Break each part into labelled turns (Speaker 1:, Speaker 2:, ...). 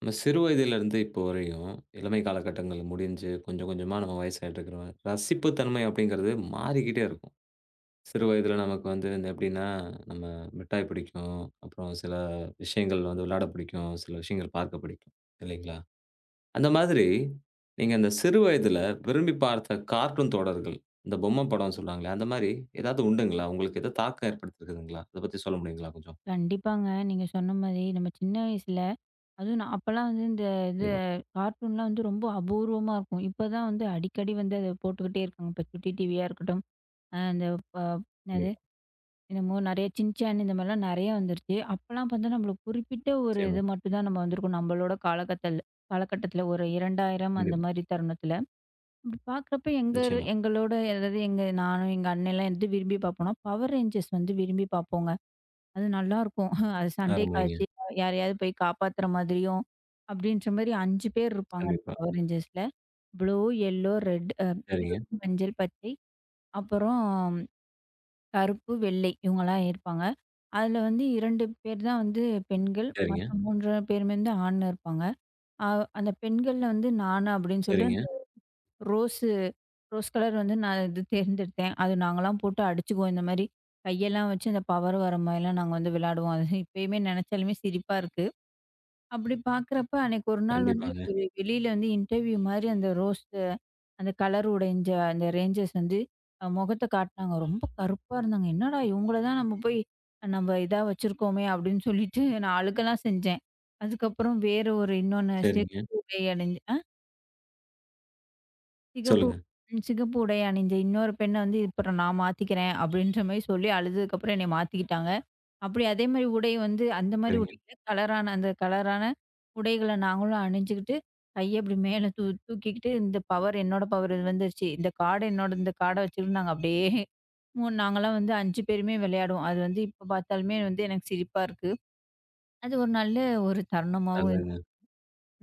Speaker 1: நம்ம சிறு வயதிலிருந்து இப்போ வரையும், இளமை காலகட்டங்கள் முடிஞ்சு கொஞ்சம் கொஞ்சமா நம்ம வயசாயிட்டு இருக்கிறோம். ரசிப்பு தன்மை அப்படிங்கிறது மாறிக்கிட்டே இருக்கும். சிறு வயதில நமக்கு வந்து இந்த எப்படின்னா, நம்ம மிட்டாய் பிடிக்கும். அப்புறம் சில விஷயங்கள் வந்து விளையாட பிடிக்கும். சில விஷயங்கள் பார்க்க பிடிக்கும். இல்லைங்களா? அந்த மாதிரி நீங்க அந்த சிறு வயதில விரும்பி பார்த்த கார்ட்டூன் தொடர்கள், இந்த பொம்மை படம்னு சொல்லுவாங்களே, அந்த மாரி ஏதாவது உண்டுங்களா? உங்களுக்கு ஏதாவது தாக்கம் ஏற்படுத்தியிருக்குதுங்களா? அத பத்தி சொல்ல முடியுங்களா கொஞ்சம்?
Speaker 2: கண்டிப்பாங்க. நீங்க சொன்ன மாரி, நம்ம சின்ன வயசுல அதுவும் நான் அப்பலாம் வந்து இந்த இது
Speaker 1: கண்டிப்பா,
Speaker 2: கார்ட்டூன்லாம் வந்து ரொம்ப அபூர்வமா இருக்கும். இப்ப தான் வந்து அடிக்கடி வந்து அத போட்டுக்கிட்டே இருக்காங்க. இப்ப சுட்டி டிவியா இருக்கட்டும், அ இந்த ப என்னது
Speaker 1: கண்டிப்பா.
Speaker 2: என்னமோ நெறைய சின்சான் இந்த மாரிலாம் நெறைய வந்துருச்சு. அப்பலாம் பார்த்தா நம்மளுக்கு குறிப்பிட்ட ஒரு
Speaker 1: நிச்சயமா,
Speaker 2: இது மட்டும் தான் நம்ம வந்திருக்கோம். நம்மளோட காலகத்தல் காலகட்டத்துல ஒரு 2000 அந்த
Speaker 1: கண்டிப்பா.
Speaker 2: மாரி தருணத்துல. அப்படி பார்க்குறப்ப
Speaker 1: நிச்சயமா.
Speaker 2: எங்களோட அதாவது எங்க நானும், எங்க அண்ணலாம் எது விரும்பி பார்ப்போம்னா, பவர் ரேஞ்சர்ஸ் வந்து விரும்பி பார்ப்போங்க. அது நல்லாருக்கும். அது சண்டைக்கு
Speaker 1: அருமைங்க.
Speaker 2: ஆச்சு. யாரையாவது போய் காப்பாத்துற மாதிரியும், அப்படின்ற மாரி 5 பேர் இருப்பாங்க அந்த
Speaker 1: கண்டிப்பா.
Speaker 2: பவர் ரேஞ்சர்ஸ்ல. ப்ளூ, எல்லோ, ரெட்,
Speaker 1: சரிங்க.
Speaker 2: சிவப்பு, மஞ்சள், பச்சை, அப்புறம் கருப்பு, வெள்ளை இவங்கலாம் இருப்பாங்க. அதுல வந்து 2 பேர் தான் வந்து பெண்கள்.
Speaker 1: சரிங்க,
Speaker 2: மத்த 3 பேருமே வந்து ஆண் இருப்பாங்க. அ அந்த பெண்கள்ல வந்து நானு அப்படின்னு
Speaker 1: சரிங்க.
Speaker 2: சொல்லிட்டு ரோஸு ரோஸ் கலர் வந்து நான் இது தேர்ந்தெடுத்தேன். அது நாங்கலாம் போட்டு அடிச்சுக்குவோம். இந்த மாரி கையெல்லாம் வச்சு அந்த பவர் வர மாரிலாம் நாங்க வந்து விளையாடுவோம். அது இப்பயுமே நெனச்சாலுமே சிரிப்பா இருக்கு. அப்படி பார்க்குறப்ப அன்னைக்கு ஒரு நாள் வந்து
Speaker 1: கண்டிப்பாங்க.
Speaker 2: ஒரு வெளியில வந்து இன்டர்வியூ மாரி அந்த அந்த கலர் உடைஞ்ச அந்த ரேஞ்சர்ஸ் வந்து முகத்த காட்டுனாங்க. ரொம்ப கருப்பா இருந்தாங்க. "என்னடா இவங்கள தான் நம்ம போய் நம்ம இதா வச்சிருக்கோமே!" அப்படின்னு சொல்லிட்டு நான் அழுகலாம் செஞ்சேன். அதுக்கப்புறம் வேற ஒரு இன்னொன்னு
Speaker 1: சரிங்க.
Speaker 2: உடை அணிஞ்சு சிகப்பு.
Speaker 1: சொல்லுங்க.
Speaker 2: ம். சிகப்பு உடை அணிஞ்ச இன்னொரு பெண்ண வந்து, "அப்புறம் நான் மாத்திக்கிறேன்." அப்படீன்ற மாரி சொல்லி அழுததுக்கப்புறம் என்னைய மாத்திக்கிட்டாங்க. அப்படி அதே மாரி உடை வந்து அந்த மாரி
Speaker 1: சரிங்க.
Speaker 2: உடையில கலரான அந்த கலரான உடைகள நாங்களும் அணிஞ்சுக்கிட்டு, கைய இப்படி மேல தூக்கிக்கிட்டு, "இந்த பவர் என்னோட பவர் இது வந்துருச்சு. இந்த கார்டு என்னோட இந்த கார்ட வச்சுக்கிட்டு" நாங்க அப்படியே நாங்கலாம் வந்து 5 பேருமே விளையாடுவோம். அது வந்து இப்ப பார்த்தாலுமே வந்து எனக்கு சிரிப்பா இருக்கு. அது ஒரு நல்ல ஒரு தருணமாவும் இருக்கு.
Speaker 1: நல்லதுங்க.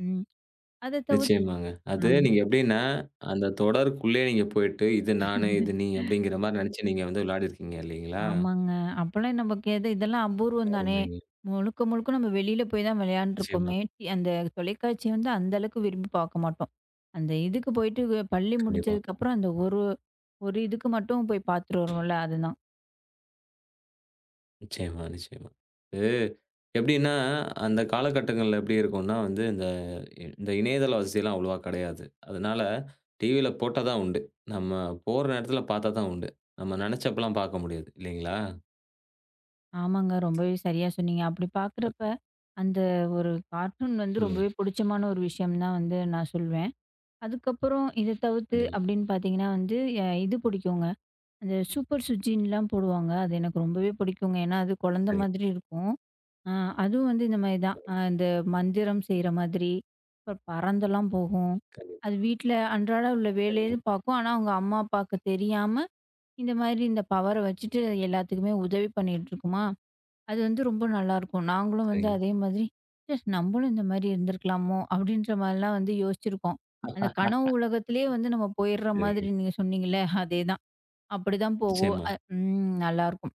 Speaker 2: ம். அத தவிர்த்து
Speaker 1: நிச்சயமாங்க.
Speaker 2: ஆ.
Speaker 1: அது நீங்க எப்படின்னா, அந்த தொடருக்குள்ளயே நீங்க போயிட்டு, "இது நானு, இது நீ" அப்படிங்கிற மாரி நெனச்சு நீங்க வந்து விளையாடியிருக்கீங்க இல்லைங்களா?
Speaker 2: ஆமாங்க. அப்பலாம் நமக்கு எது இதெல்லாம் அபூர்வம் தானே!
Speaker 1: அருமைங்க.
Speaker 2: முழுக்க முழுக்க நம்ம வெளியில போய் தான்
Speaker 1: நிச்சயமா.
Speaker 2: விளையாண்டுருக்கோமே. அந்த தொலைக்காட்சிய வந்து அந்த அளவுக்கு விரும்பி பார்க்க மாட்டோம். அந்த இதுக்கு போயிட்டு பள்ளி
Speaker 1: கண்டிப்பா.
Speaker 2: முடிஞ்சதுக்கப்புறம் அந்த ஒரு ஒரு இதுக்கு மட்டும் போய் பார்த்துட்டு வருவோம்ல, அதுதான்.
Speaker 1: நிச்சயமா, நிச்சயமா. அது எப்படின்னா, அந்த காலகட்டங்கள்ல எப்படி இருக்கும்னா வந்து, இந்த இந்த இணையதள வசதிலாம் அவ்வளவா கெடையாது. அதனால டிவியில போட்டா தான் உண்டு. நம்ம போற நேரத்தில பாத்தா தான் உண்டு. நம்ம நெனச்சப்பலாம் பாக்க முடியாது. இல்லைங்களா?
Speaker 2: ஆமாங்க. ரொம்பவே சரியா சொன்னீங்க. அப்படி பார்க்குறப்ப, அந்த ஒரு கார்ட்டூன் வந்து
Speaker 1: சொல்லுங்க.
Speaker 2: ரொம்பவே புடிச்சமான ஒரு விஷயம் தான் வந்து நான் சொல்வேன். அதுக்கப்புறம் இத தவிர்த்து
Speaker 1: கண்டிப்பா.
Speaker 2: அப்படின்னு பார்த்தீங்கன்னா வந்து, இது பிடிக்குங்க. அந்த சூப்பர் சுஜின்லாம் போடுவாங்க. அது எனக்கு ரொம்பவே பிடிக்குங்க. ஏன்னா, அது குழந்தை
Speaker 1: சரிங்க.
Speaker 2: மாதிரி இருக்கும். அ அதுவும் வந்து இந்த மாரி தான். இந்த மந்திரம் செய்ற மாதிரி, அப்புறம் பறந்தெல்லாம் போகும்.
Speaker 1: கண்டிப்பா.
Speaker 2: அது வீட்ல அன்றாட உள்ள வேலைய
Speaker 1: சரிங்க,
Speaker 2: பார்க்கும். ஆனா, அவங்க அம்மா, அப்பாவுக்கு தெரியாம இந்த மாதிரி இந்த பவர வச்சுட்டு எல்லாத்துக்குமே உதவி பண்ணிட்டு இருக்குமா, அது வந்து ரொம்ப நல்லாயிருக்கும். நாங்களும் வந்து
Speaker 1: சரிங்க,
Speaker 2: அதே மாதிரி, "ச்சே! நம்மளும் இந்த மாரி இருந்திருக்கலாமோ!" அப்படின்ற மாரிலாம் வந்து யோசிச்சிருக்கோம். அந்த கனவு உலகத்திலேயே வந்து நம்ம போயிடுற
Speaker 1: சரிங்க.
Speaker 2: மாதிரி நீங்க சொன்னீங்கல்ல, அதேதான். அப்படிதான் போகும்.
Speaker 1: நிச்சயமா.
Speaker 2: ம் நல்லாயிருக்கும்.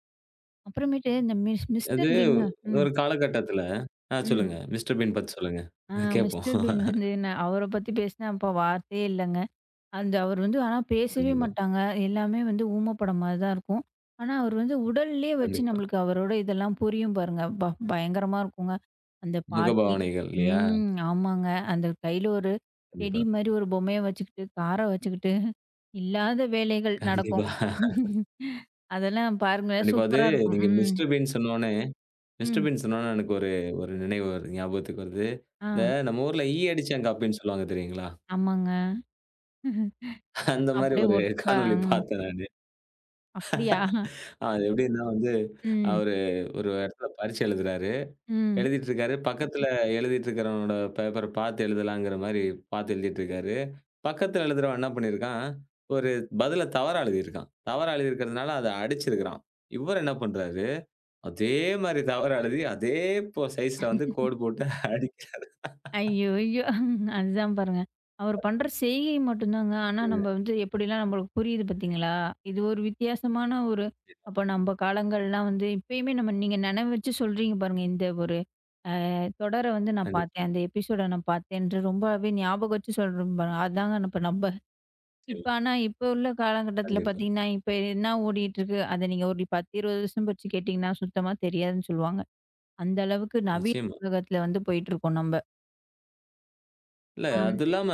Speaker 2: அப்புறமேட்டு இந்த
Speaker 1: அது
Speaker 2: மிஸ்டர் பீன்னு ம்,
Speaker 1: ஒரு காலகட்டத்தில
Speaker 2: ம்.
Speaker 1: சொல்லுங்க. மிஸ்டர் பீன் பத்தி சொல்லுங்க.
Speaker 2: ஆ
Speaker 1: கேட்போம்.
Speaker 2: மிஸ்டர் பீன் வந்து நான் அவர பத்தி பேசினா அப்ப வார்த்தையே இல்லங்க. அந்த அவர் வந்து ஆனா பேசவே
Speaker 1: கண்டிப்பா,
Speaker 2: மாட்டாங்க. எல்லாமே வந்து ஊமைப்படம் மாரி தான் இருக்கும். ஆனா, அவர் வந்து உடல்லயே வச்சு
Speaker 1: கண்டிப்பா.
Speaker 2: நம்மளுக்கு அவரோட இதெல்லாம் புரியும் பாருங்க. அப்பா! பயங்கரமா இருக்குங்க. அந்த பாட்டி.
Speaker 1: முகபாவனைகள் இல்லையா?
Speaker 2: ம். ஆமாங்க. அந்த கையில ஒரு டெடி
Speaker 1: கண்டிப்பா,
Speaker 2: மாரி ஒரு பொம்மைய வச்சுக்கிட்டு, கார வச்சுக்கிட்டு, இல்லாத வேலைகள் நடக்கும்.
Speaker 1: கண்டிப்பா.
Speaker 2: அதெல்லாம் பாருங்களேன்
Speaker 1: கண்டிப்பா. அது
Speaker 2: சூப்பரா இருக்கும்.
Speaker 1: நீங்க
Speaker 2: ம்.
Speaker 1: மிஸ்டர் பீன் சொன்னோனே மிஸ்டர்
Speaker 2: ம்.
Speaker 1: பீன் சொன்னோனே எனக்கு ஒரு ஒரு நினைவு வருது ஞாபகத்துக்கு வருது.
Speaker 2: ஆ.
Speaker 1: இந்த நம்ம ஊர்ல ஈ அடிச்சான் காப்பின்னு சொல்லுவாங்க தெரியுங்களா?
Speaker 2: ஆமாங்க.
Speaker 1: அந்த மாரி
Speaker 2: அப்படியே
Speaker 1: ஒரு
Speaker 2: ஒட்டுக்கா.
Speaker 1: காணொளி
Speaker 2: ம்.
Speaker 1: பார்த்தேன் நானு.
Speaker 2: அப்படியா?
Speaker 1: அது எப்படின்னா வந்து
Speaker 2: ம்.
Speaker 1: அவரு ஒரு இடத்துல பரீட்சை எழுதுறாரு.
Speaker 2: ம்.
Speaker 1: எழுதிட்டு இருக்காரு. பக்கத்துல எழுதிட்டு இருக்கிறவனோட பேப்பர பார்த்து எழுதலாங்கிற மாரி பார்த்து எழுதிட்டு இருக்காரு. பக்கத்துல எழுதுறவன் என்ன பண்ணியிருக்கான், ஒரு பதில தவறா எழுதியிருக்கான். தவறா எழுதியிருக்கிறதுனால அத அடிச்சிருக்கிறான். இவரு என்ன பண்றாரு, அதே மாரி தவறா எழுதி, அதே போ சைஸ்ல வந்து கோடு போட்டு அடிக்கிறாருங்க.
Speaker 2: ஐய்யய்யோ! அதுதான் பாருங்க. அவரு பண்ற செய்கை மட்டும் தாங்க. ஆனா நம்ம வந்து எப்படிலாம் நம்மளுக்கு புரியுது பார்த்தீங்களா? இது ஒரு வித்தியாசமான ஒரு அப்ப நம்ம காலங்கள்லாம் வந்து இப்பயுமே நம்ம நீங்க நினைவு வச்சு சொல்றீங்க பாருங்க. இந்த ஒரு தொடர வந்து நான்
Speaker 1: கண்டிப்பா,
Speaker 2: பார்த்தேன். அந்த எபிசோட நான் பார்த்தேன்ட்டு ரொம்பவே ஞாபகம் வச்சு சொல்றோம் பாருங்க. அதாங்க இப்ப நம்ப
Speaker 1: நிச்சயமா,
Speaker 2: இப்ப ஆனா இப்ப உள்ள காலகட்டத்தில
Speaker 1: கண்டிப்பா.
Speaker 2: பார்த்தீங்கன்னா, இப்ப என்ன ஓடிட்டு இருக்கு? அத நீங்க ஒரு 10, 20 வருஷம் கழிச்சு கேட்டீங்கன்னா, சுத்தமா தெரியாதுன்னு சொல்லுவாங்க. அந்த அளவுக்கு நவீன
Speaker 1: நிச்சயமா.
Speaker 2: உலகத்தில வந்து போயிட்டுருக்கோம் நம்ப.
Speaker 1: இல்ல.
Speaker 2: ஆம்.
Speaker 1: அது இல்லாம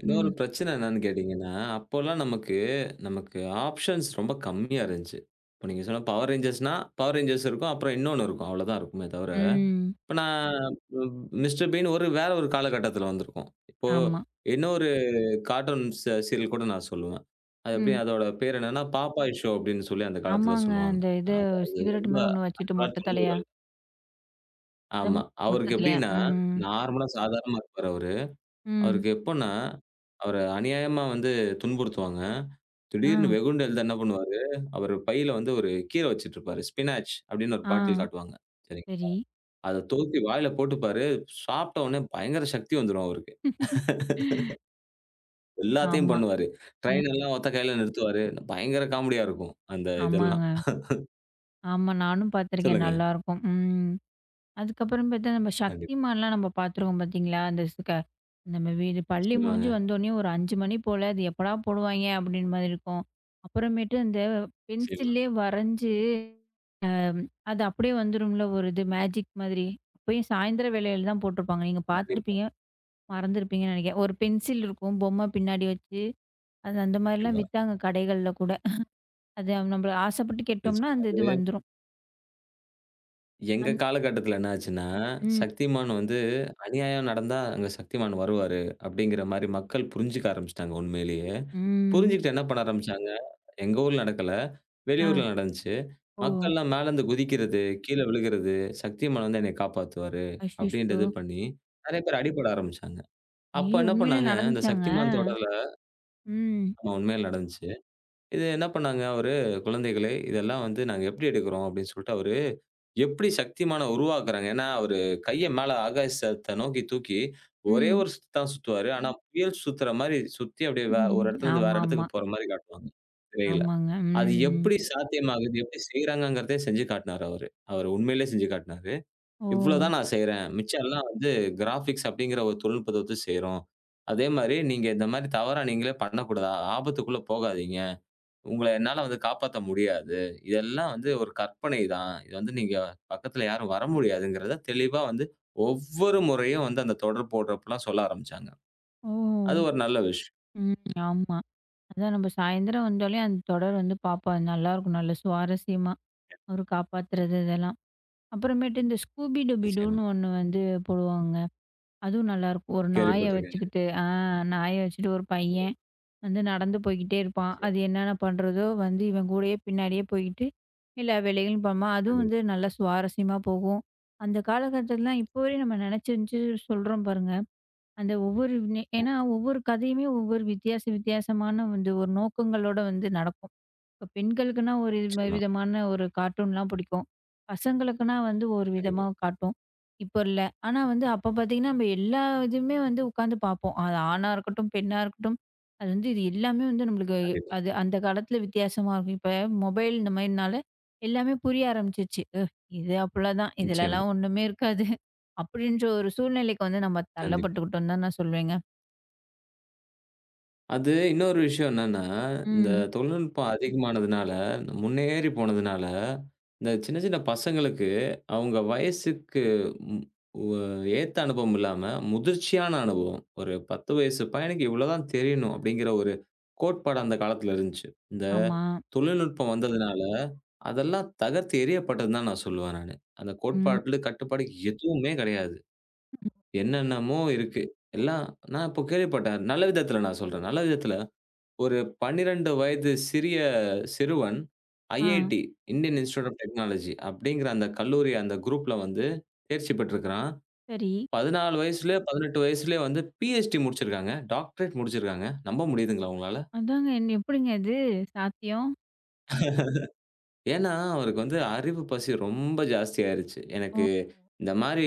Speaker 1: இன்னொரு
Speaker 2: ம்.
Speaker 1: பிரச்சனை என்னன்னு கேட்டீங்கன்னா, அப்போலாம் நமக்கு நமக்கு ஆப்ஷன்ஸ் ரொம்ப கம்மியா இருந்துச்சு. இப்ப நீங்க சொன்ன பவர் ரேஞ்சர்ஸ்னா, பவர் ரேஞ்சர்ஸ் இருக்கும். அப்புறம் இன்னொன்னு இருக்கும். அவ்வளோதான் இருக்குமே தவிர,
Speaker 2: ம்.
Speaker 1: இப்ப நான் மிஸ்டர் பீன் ஒரு வேற ஒரு காலகட்டத்தில வந்திருக்கோம். இப்போ
Speaker 2: ஆமா.
Speaker 1: இன்னொரு கார்ட்டூன் சீரியல் கூட நான் சொல்லுவேன். அது எப்படி
Speaker 2: ம்.
Speaker 1: அதோட பேர் என்னன்னா, பாப்பாய் ஷோ அப்படின்னு சொல்லி அந்த காலத்தில
Speaker 2: ஆமாங்க.
Speaker 1: சொல்லுவாங்க.
Speaker 2: அந்த இது
Speaker 1: அது
Speaker 2: சிகரெட்
Speaker 1: ரொம்ப
Speaker 2: மாரி ஒண்ணு வச்சுட்டு மொட்ட தலையா?
Speaker 1: 1990கள்.
Speaker 2: அத
Speaker 1: ஆமா.
Speaker 2: மொட்ட
Speaker 1: அவருக்கு
Speaker 2: தலையா?
Speaker 1: எப்படின்னா
Speaker 2: ம்.
Speaker 1: நார்மலா சாதாரணமா இருப்பாரு அவரு.
Speaker 2: ம்.
Speaker 1: அவருக்கு எப்பன்னா, அவர அநியாயமா வந்து துன்புறுத்துவாங்க.
Speaker 2: ஆ.
Speaker 1: திடீர்னு வெகுண்டு எழுத என்ன பண்ணுவாரு, அவரு பையில வந்து ஒரு கீரை வச்சுட்டுருப்பாரு. ஸ்பினாச் அப்டின்னு ஒரு
Speaker 2: ஆ.
Speaker 1: பாட்டில் காட்டுவாங்க. சரி.
Speaker 2: சரி.
Speaker 1: அத தூக்கி வாயில போட்டுப்பாரு. சாப்பிட்ட உடனே பயங்கர சக்தி வந்துரும் அவருக்கு. எல்லாத்தையும்
Speaker 2: ஆமா.
Speaker 1: பண்ணுவாரு.
Speaker 2: ம்.
Speaker 1: ட்ரெயின் எல்லாம் ஒத்த கையில நிறுத்துவாரு. பயங்கர காமெடியா இருக்கும். அந்த இதெல்லாம்.
Speaker 2: ஆமாங்க. ஆமா. நானும் பார்த்துருக்கேன்.
Speaker 1: சொல்லுங்க.
Speaker 2: நல்லாருக்கும். ம். அதுக்கப்புறம் பார்த்தா நம்ம
Speaker 1: கண்டிப்பா.
Speaker 2: சக்திமான்லாம் நம்ம பார்த்துருக்கோம் பார்த்தீங்களா? அந்த ஸ் க நம்ம வீடு பள்ளி முடிஞ்சு
Speaker 1: நிச்சயமாங்க.
Speaker 2: வந்தோனே ஒரு 5 மணி போல அது எப்படா போடுவாய்ங்க? அப்படின்னு மாதிரி இருக்கும். அப்புறமேட்டு அந்த
Speaker 1: நிச்சயமா.
Speaker 2: பென்சில்லே வரைஞ்சு அது அப்படியே வந்துரும்ல ஒரு இது மேஜிக் மாதிரி. அப்பயும் சாயந்திரம் வேளையில தான் போட்டுருப்பாங்க. நீங்க
Speaker 1: கண்டிப்பா,
Speaker 2: பார்த்துருப்பீங்க, மறந்திருப்பீங்கன்னு நெனைக்கிறேன். ஒரு பென்சில் இருக்கும். பொம்மை பின்னாடி வச்சு, அது அந்த மாரிலாம்
Speaker 1: கண்டிப்பா.
Speaker 2: வித்தாங்க கடைகள்ல கூட. அது நம்ப ஆசைப்பட்டு கேட்டோம்னா, அந்த
Speaker 1: நிச்சயமா.
Speaker 2: இது வந்துரும்.
Speaker 1: எங்க
Speaker 2: அந்
Speaker 1: காலகட்டத்தில என்ன ஆச்சுன்னா,
Speaker 2: ம்,
Speaker 1: சக்திமான் வந்து அநியாயம் நடந்தா அங்க சக்திமான் வருவாரு. அப்படிங்கிற மாரி மக்கள் புரிஞ்சுக்க ஆரம்பிச்சுட்டாங்க உண்மையிலேயே.
Speaker 2: ம்.
Speaker 1: புரிஞ்சுகிட்டு என்ன பண்ண ஆரம்பிச்சாங்க, எங்க ஊர்ல நடக்கல,
Speaker 2: ஆ.
Speaker 1: வெளியூர்ல நடந்துச்சு.
Speaker 2: ஓ!
Speaker 1: மக்கள்லாம் மேலருந்து குதிக்கிறது, கீழ விழுகிறது, சக்திமான் வந்து என்னைய காப்பாத்துவாரு
Speaker 2: அச்சச்சோ!
Speaker 1: அப்படின்றது பண்ணி, நெறைய பேர் அடிபட ஆரம்பிச்சாங்க. அப்ப
Speaker 2: ஐயோ!
Speaker 1: என்ன
Speaker 2: உண்மையிலே
Speaker 1: பண்ணாங்க, இந்த
Speaker 2: நடந்துச்சாங்க?
Speaker 1: சக்திமான் தொடர்ல
Speaker 2: ம்,
Speaker 1: ஆமா உண்மையில நடந்துச்சு. இது என்ன பண்ணாங்க அவரு, "குழந்தைகளே இதெல்லாம் வந்து நாங்க எப்படி எடுக்கிறோம்?" அப்படின்னு சொல்லிட்டு அவரு எப்படி சக்திமான உருவாக்குறாங்க. ஏன்னா, அவரு கைய மேல ஆகாசத்த நோக்கி தூக்கி, ஒரே
Speaker 2: ம்.
Speaker 1: ஒரு சுத்து தான் சுத்துவாரு. ஆனா, புயல் சுத்துற மாரி சுத்தி அப்படியே ஒரு இடத்துலருந்து வேற இடத்துக்கு
Speaker 2: ஆமாமா.
Speaker 1: போற மாரி காட்டுவாங்க, திரையில.
Speaker 2: ஆமாங்க. ம்,
Speaker 1: அது
Speaker 2: ம்.
Speaker 1: எப்படி சாத்தியமாகுது? எப்படி செய்றாங்கங்கிறதே செஞ்சு காட்டுனாரு அவரு. அவரு உண்மையிலே செஞ்சு காட்டுனாரு.
Speaker 2: ஓ!
Speaker 1: "இவ்வளோ தான் நான் செய்றேன். மிச்சம் எல்லாம் வந்து கிராபிக்ஸ் அப்படிங்கிற ஒரு தொழில்நுட்பத்த வச்சு செய்றோம். அதே மாரி நீங்க இந்த மாரி தவறா நீங்களே பண்ணக்கூடாது. ஆபத்துக்குள்ள போகாதீங்க." உங்கள என்னால வந்து காப்பாத்த முடியாது. இதெல்லாம் வந்து ஒரு கற்பனை தான். இது வந்து நீங்க பக்கத்துல யாரும் வர முடியாதுங்கிறத தெளிவா வந்து ஒவ்வொரு முறையும் வந்து அந்த தொடர் போடுறப்பலாம் சொல்ல ஆரம்பிச்சாங்க. அது
Speaker 2: ஓ!
Speaker 1: ஒரு நல்ல விஷயம்.
Speaker 2: ம். ஆமா. அதான் நம்ப சாயந்திரம் வந்தாலே அந்த தொடர் வந்து பார்ப்போம். அது நல்லாருக்கும். நல்ல சுவாரஸ்யமா. ஒரு காப்பாத்துறது இதெல்லாம். அப்புறமேட்டு இந்த ஸ்கூபி டூபி
Speaker 1: நிச்சயமா.
Speaker 2: டூன்னு ஒண்ணு வந்து போடுவாங்க. அதுவும் நல்லாயிருக்கும். ஒரு நாய
Speaker 1: கேள்விப்பட்டுருக்கேன்.
Speaker 2: வச்சுக்கிட்டு ஆ நாய வச்சுட்டு ஒரு பையன் வந்து நடந்து போய்க்கிட்டே இருப்பான். அது என்னென்ன பண்றதோ வந்து இவன் கூடயே பின்னாடியே போய்க்கிட்டு எல்லா வேலைகளும் பண்ணுவான். அதுவும் வந்து
Speaker 1: கண்டிப்பா,
Speaker 2: நல்லா சுவாரஸ்யமா போகும். அந்த காலகட்டத்திலலாம் இப்போ வரையும் நம்ம நெனச்சிருந்துச்சு சொல்றோம் பாருங்க. அந்த ஒவ்வொரு ஏன்னா ஒவ்வொரு கதையுமே ஒவ்வொரு வித்தியாசமான வந்து ஒரு நோக்கங்களோட வந்து நடக்கும். இப்ப பெண்களுக்குன்னா ஒரு
Speaker 1: நிச்சயமா,
Speaker 2: விதமான ஒரு கார்ட்டூன்லாம் பிடிக்கும். பசங்களுக்குன்னா வந்து ஒரு விதமா
Speaker 1: கண்டிப்பா,
Speaker 2: காட்டும். இப்ப இல்ல. ஆனா வந்து அப்ப பார்த்தீங்கன்னா, நம்ம எல்லா இதுவுமே வந்து உட்காந்து பார்ப்போம். அது ஆணா இருக்கட்டும், பெண்ணா இருக்கட்டும். அது வந்து இது எல்லாமே வந்து நம்மளுக்கு
Speaker 1: கண்டிப்பா, நிச்சயமா. கண்டிப்பா.
Speaker 2: அது
Speaker 1: கண்டிப்பா
Speaker 2: அந்த காலத்துல வித்தியாசமா இருக்கும். இப்ப மொபைல் இந்த மாரினால எல்லாமே புரிய ஆரம்பிச்சுருச்சு. இது அவ்வளதான்.
Speaker 1: நிச்சயமா.
Speaker 2: இதுலலாம் ஒண்ணுமே இருக்காது." அப்படின்ற ஒரு சூழ்நிலைக்கு வந்து நம்ம
Speaker 1: கண்டிப்பா.
Speaker 2: தள்ளப்பட்டுக்கிட்டோம்னு தான் நான் சொல்வேங்க.
Speaker 1: அது இன்னொரு விஷயம் என்னன்னா, இந்த
Speaker 2: ம்.
Speaker 1: தொழில்நுட்பம் அதிகமானதுனால, முன்னேறி போனதுனால, இந்த சின்ன சின்ன பசங்களுக்கு அவங்க வயசுக்கு ம் ஒ ஏத்த அனுபவம் இல்லாம, முதிர்ச்சியான அனுபவம். ஒரு 10 வயசு பையனுக்கு இவ்வளோதான் தெரியணும் அப்படிங்கிற ஒரு கோட்பாடு அந்த காலத்துல இருந்துச்சு. இந்த
Speaker 2: ஆமா.
Speaker 1: தொழில்நுட்பம் வந்ததுனால, அதெல்லாம் தகர்த்து எறியப்பட்டதுன்னு தான் நான் சொல்லுவேன் நானு. அந்த
Speaker 2: ம்.
Speaker 1: கோட்பாட்டுல கட்டுப்பாடு எதுவுமே கிடையாது. என்னென்னமோ இருக்கு. எல்லாம் நான் இப்போ கேள்விப்பட்டேன். நல்ல விதத்துல நான் சொல்றேன். நல்ல விதத்துல ஒரு 12 வயது சிறிய சிறுவன்
Speaker 2: ஆ.
Speaker 1: IIT Indian Institute of Technology அப்படிங்கிற அந்த கல்லூரி அந்த குரூப்ல வந்து தேர்ச்சி பெற்றிருக்கிறான்.
Speaker 2: சரி.
Speaker 1: 14 வயசுலயே, 18 வயசுலயே வந்து பிஹெச்டி முடிச்சிருக்காங்க. டாக்டரேட் முடிச்சிருக்காங்க. நம்ப முடியுதுங்களா உங்களால?
Speaker 2: அதாங்க. என் எப்படிங்க இது சாத்தியம்?
Speaker 1: ஏன்னா, அவருக்கு வந்து அறிவு பசி ரொம்ப ஜாஸ்தியாயிருச்சு.
Speaker 2: ஓ!
Speaker 1: எனக்கு இந்த மாரி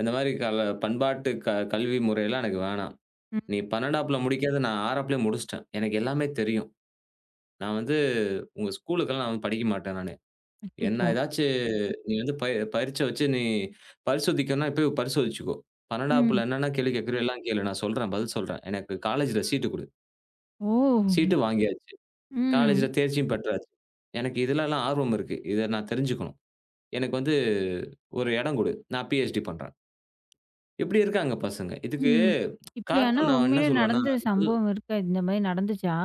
Speaker 1: இந்த மாரி பண்பாட்டு கல்வி முறையெல்லாம் எனக்கு வேணாம்.
Speaker 2: ம்.
Speaker 1: நீ 12ஆப்ல முடிக்காத நான் 6ஆப்லயே முடிச்சுட்டேன். எனக்கு எல்லாமே தெரியும். நான் வந்து உங்க ஸ்கூலுக்கெல்லாம் நான் வந்து படிக்க மாட்டேன் நானு. என்ன
Speaker 2: அச்சச்சோ!
Speaker 1: ஏதாச்சு நீ வந்து பரீட்ச வச்சு நீ பரிசோதிக்கணும்னா இப்பயே பரிசோதிச்சுக்கோ.
Speaker 2: ம்.
Speaker 1: 12ஆப்புல என்னென்ன கேள்வி கேட்குறியோ எல்லாம் கேளு. நான் சொல்றேன், பதில் சொல்றேன். எனக்கு காலேஜ்ல சீட்டு குடு.
Speaker 2: ஓ!
Speaker 1: சீட்டு வாங்கியாச்சு.
Speaker 2: ம்.
Speaker 1: காலேஜ்ல தேர்ச்சியும் பெற்றாச்சு. எனக்கு இதுலலாம் ஆர்வம் இருக்கு. இத நான் தெரிஞ்சுக்கணும். எனக்கு வந்து ஒரு இடம் குடு. நான் பிஹெச்டி பண்றேன். இப்படி இருக்காங்க பசங்க. இதுக்கு
Speaker 2: ம். இப்படி ஆனா
Speaker 1: கார்ட்டூன் நான் என்ன
Speaker 2: உண்மையிலே
Speaker 1: சொல்லுவேன்னா,
Speaker 2: நடந்த சம்பவம் இருக்கா? இந்த மாரி நடந்துச்சா?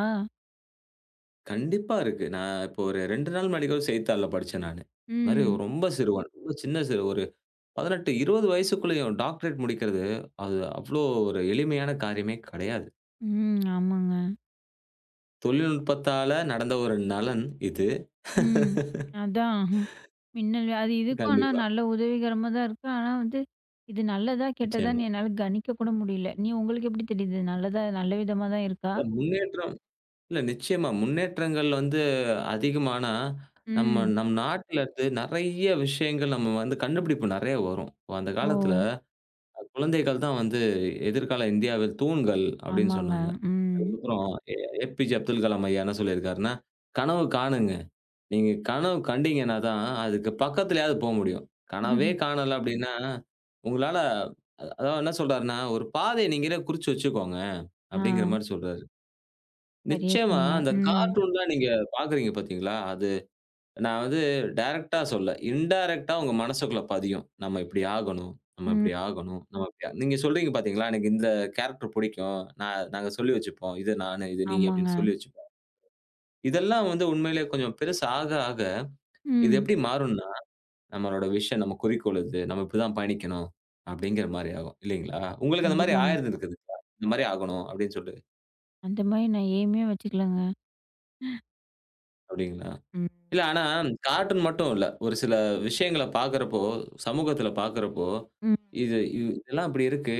Speaker 1: கண்டிப்பா இருக்கு. நான் இப்போ ஒரு 2 நாள் முன்னாடி கூட செய்தித்தாள்ல படிச்சேன் நானு. இந்த மாரி
Speaker 2: ம்.
Speaker 1: ரொம்ப சிறுவன், ரொம்ப சின்ன சிறு ஒரு 18, 20 வயசுக்குள்ளயும் டாக்டரேட் முடிக்கிறது, அது அவ்ளோ ஒரு எளிமையான காரியமே கிடையாது.
Speaker 2: ம். ஆமாங்க.
Speaker 1: தொழில்நுட்பத்தால நடந்த ஒரு நலன் இது.
Speaker 2: ம். அதான். மின்னல் அது இதுக்கும் ஆனா
Speaker 1: கண்டிப்பா,
Speaker 2: நல்ல உதவிகரமா தான் இருக்கு. ஆனா வந்து இது நல்லதா,
Speaker 1: நிச்சயமா.
Speaker 2: கெட்டதான்னு என்னால கணிக்க கூட முடியல. நீ உங்களுக்கு எப்படி தெரியுது? நல்லதா நல்ல விதமா தான் இருக்கா?
Speaker 1: இல்ல முன்னேற்றம் இல்ல நிச்சயமா. முன்னேற்றங்கள் வந்து அதிகமானா, நம்ம
Speaker 2: ம்.
Speaker 1: நம் நாட்டுல இருந்து நெறைய விஷயங்கள் நம்ம வந்து கண்டுபிடிப்பு நெறைய வரும். இப்ப அந்த
Speaker 2: ஓ!
Speaker 1: காலத்துல குழந்தைகள் தான் வந்து எதிர்கால இந்தியாவில் தூண்கள் அப்டின்னு
Speaker 2: ஆமாங்க.
Speaker 1: சொன்னாங்க.
Speaker 2: ம்.
Speaker 1: அதுக்கப்புறம் ஏ ஏபிஜே அப்துல் கலாம் ஐயா என்ன சொல்லியிருக்காருன்னா, கனவு காணுங்க. நீங்க கனவு கண்டீங்கன்னா தான், அதுக்கு பக்கத்துலயாவது போ முடியும். கனவே காணல அப்டின்னா, உங்களால அதாவது என்ன சொல்றாருன்னா, "ஒரு பாதைய நீங்களே குறிச்சு வச்சுக்கோங்க."
Speaker 2: ஆ.
Speaker 1: அப்டிங்கிற மாரி சொல்றாரு.
Speaker 2: சரியா
Speaker 1: நிச்சயமா
Speaker 2: சொன்னீங்க.
Speaker 1: அந்த
Speaker 2: ம்.
Speaker 1: கார்ட்டூன்லாம் நீங்க பார்க்குறீங்க பார்த்தீங்களா? அது நான் வந்து டைரக்ட்டா சொல்லல. இன்டைரக்ட்டா உங்க மனசுக்குள்ள பதியும். நம்ம இப்டி ஆகணும், நம்ம
Speaker 2: ம்.
Speaker 1: இப்டி ஆகணும், நம்ம இப்டி நீங்க சொல்றீங்க பார்த்தீங்களா? எனக்கு இந்த கேரக்டர் புடிக்கும். நான் நாங்க சொல்லி வச்சுப்போம். இது நானு, இது நீ
Speaker 2: ஆமாங்க.
Speaker 1: அப்டின்னு சொல்லி வச்சுப்போம். இதெல்லாம் வந்து உண்மையிலேயே கொஞ்சம் பெருசு ஆக, ஆக இது
Speaker 2: ம்.
Speaker 1: எப்டி மாறும்னா நம்மளோட விஷன், நம்ம குறிக்கோள் இது. நம்ம இப்படிதான் பயணிக்கணும், அப்படிங்கிற மாரி ஆகும். இல்லைங்களா? உங்களுக்கு அந்த மாரி
Speaker 2: கண்டிப்பாங்க.
Speaker 1: ஆயிருந்திருக்குதுங்களா? இந்த மாரி ஆகணும் அப்படின்னு சொல்லி,
Speaker 2: அந்த மாரி நான் எய்மே வச்சுக்கலங்க.
Speaker 1: அப்படிங்களா?
Speaker 2: ம்.
Speaker 1: இல்ல ஆனா, கார்ட்டூன் மட்டும் இல்ல. ஒரு சில விஷயங்கள பார்க்கிறப்போ, சமூகத்துல பார்க்கிறப்போ,
Speaker 2: ம்.
Speaker 1: இது இதெல்லாம் இப்படி இருக்கு.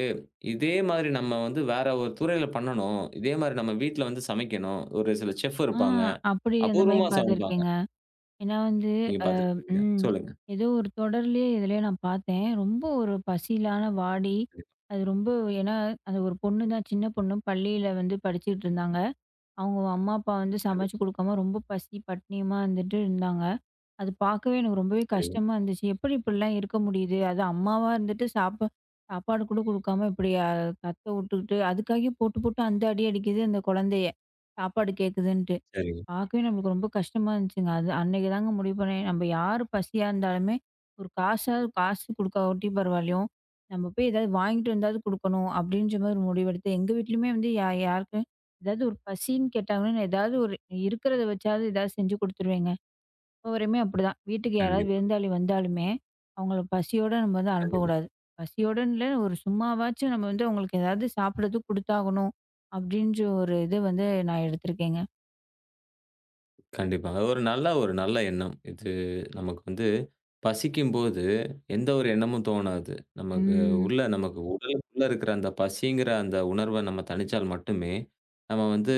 Speaker 1: இதே மாதிரி நம்ம வந்து வேற ஒரு துறையில பண்ணணும். இதே மாரி நம்ம வீட்ல வந்து சமைக்கணும். ஒரு சில செஃப்
Speaker 2: ஆ
Speaker 1: இருப்பாங்க.
Speaker 2: அப்படி அந்த மாரி
Speaker 1: அபூர்வமா சமைப்பாங்க.
Speaker 2: பார்த்துருக்கேங்க. ஏன்னா வந்து
Speaker 1: நீங்க பார்த்திருக்கீங்களா?
Speaker 2: ம்
Speaker 1: சொல்லுங்க.
Speaker 2: ஏதோ ஒரு தொடர்லயே எதுலயோ நான் பார்த்தேன். ரொம்ப ஒரு பசியிலான வாடி,
Speaker 1: கண்டிப்பா,
Speaker 2: அது ரொம்ப ஏன்னா அது ஒரு பொண்ணு தான் சின்ன பொண்ணு பள்ளியில வந்து படிச்சுட்டு இருந்தாங்க. அவங்க அம்மா, அப்பா வந்து
Speaker 1: கண்டிப்பா,
Speaker 2: சமைச்சு குடுக்காம ரொம்ப பசி பட்னியமா இருந்துட்டு இருந்தாங்க. அது பார்க்கவே எனக்கு ரொம்பவே
Speaker 1: கண்டிப்பா.
Speaker 2: கஷ்டமா இருந்துச்சு. எப்படி இப்படிலாம் இருக்க முடியுது? அது அம்மாவா இருந்துட்டு சாப்பாடு கூட குடுக்காம இப்படி கத்த விட்டுக்கிட்டு, அதுக்காகவே போட்டு போட்டு அந்த அடிக்குது அந்த குழந்தைய. சாப்பாடு கேட்குதுன்ட்டு.
Speaker 1: சரிங்க.
Speaker 2: பார்க்கவே நம்மளுக்கு ரொம்ப கஷ்டமா இருந்துச்சுங்க. அது அன்னைக்கு தாங்க முடிவு பண்ணேன். நம்ம யார் பசியா இருந்தாலுமே ஒரு காசு குடுக்காட்டி பரவாயில்லையும், நம்ம போய் ஏதாவது வாங்கிட்டு வந்தாவது குடுக்கணும் அப்படின்ற மாதிரி ஒரு முடிவெடுத்து, எங்க வீட்லயுமே வந்து யாருக்கும் ஏதாவது ஒரு பசின்னு கேட்டாங்கன்னா, நான் ஏதாவது ஒரு இருக்கிறத வச்சாவது ஏதாவது செஞ்சு குடுத்துருவேங்க. எப்போவரையுமே அப்படிதான். வீட்டுக்கு யாராவது
Speaker 1: கண்டிப்பாங்க.
Speaker 2: விருந்தாளி வந்தாலுமே, அவங்கள பசியோட நம்ம வந்து
Speaker 1: கண்டிப்பா.
Speaker 2: அனுப்பக்கூடாது. பசியோடன்னு இல்ல, ஒரு சும்மாவாச்சும் நம்ம வந்து அவங்களுக்கு ஏதாவது சாப்பிடறதுக்கு குடுத்தாகணும், அப்படின்ற ஒரு இது வந்து நான் எடுத்திருக்கேங்க.
Speaker 1: கண்டிப்பா. அது ஒரு நல்ல ஒரு நல்ல எண்ணம். இது நமக்கு வந்து பசிக்கும்போது எந்த ஒரு எண்ணமும் தோணாது. நமக்கு
Speaker 2: ம்.
Speaker 1: நமக்கு உடலுக்குள்ள இருக்கிற அந்த பசிங்கிற அந்த உணர்வ நம்ம தணிச்சால் மட்டுமே, நம்ம வந்து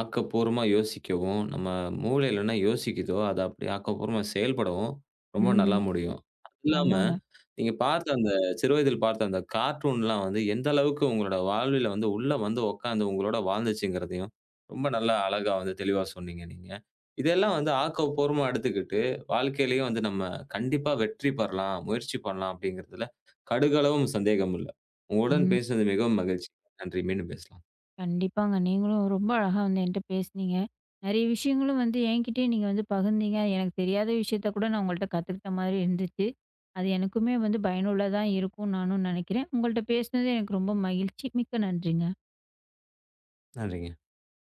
Speaker 1: ஆக்கப்பூர்வமா யோசிக்கவும், நம்ம மூளையில என்ன யோசிக்குதோ, அத அப்படியே ஆக்கப்பூர்வமா செயல்படவும் ரொம்ப நல்லா
Speaker 2: ம்.
Speaker 1: முடியும். அது இல்லாம,
Speaker 2: ஆமாங்க.
Speaker 1: நீங்க பார்த்த அந்த சிறு வயதில் பார்த்த அந்த கார்ட்டூன்லாம் வந்து எந்த அளவுக்கு உங்களோட வாழ்வில வந்து உள்ள வந்து உட்காந்து உங்களோட வாழ்ந்துச்சுங்கிறதையும், ரொம்ப நல்லா அழகா வந்து தெளிவா சொன்னீங்க நீங்க. இதெல்லாம் வந்து ஆக்கப்பூர்வமா எடுத்துக்கிட்டு, வாழ்க்கையிலயும் வந்து நம்ம கண்டிப்பா வெற்றி பெறலாம், முயற்சி பண்ணலாம் அப்படிங்கிறதுல கடுகளவும் சந்தேகம் இல்ல. உங்களுடன்
Speaker 2: ம்.
Speaker 1: பேசினது மிகவும் மகிழ்ச்சி. நன்றி. மீண்டும் பேசலாம்.
Speaker 2: கண்டிப்பாங்க. நீங்களும் ரொம்ப அழகா வந்து என்ட்ட பேசுனீங்க. நெறைய விஷயங்களும் வந்து என்கிட்டயே நீங்க வந்து பகிர்ந்தீங்க. எனக்கு தெரியாத விஷயத்த கூட நான் உங்கள்ட்ட கத்துக்கிட்ட மாதிரி இருந்துச்சு. அது எனக்குமே வந்து பயனுள்ளதா இருக்கும்னு நானும் நெனைக்கிறேன். உங்கள்ட்ட பேசினது எனக்கு ரொம்ப மகிழ்ச்சி. மிக்க நன்றிங்க.
Speaker 1: நன்றிங்க.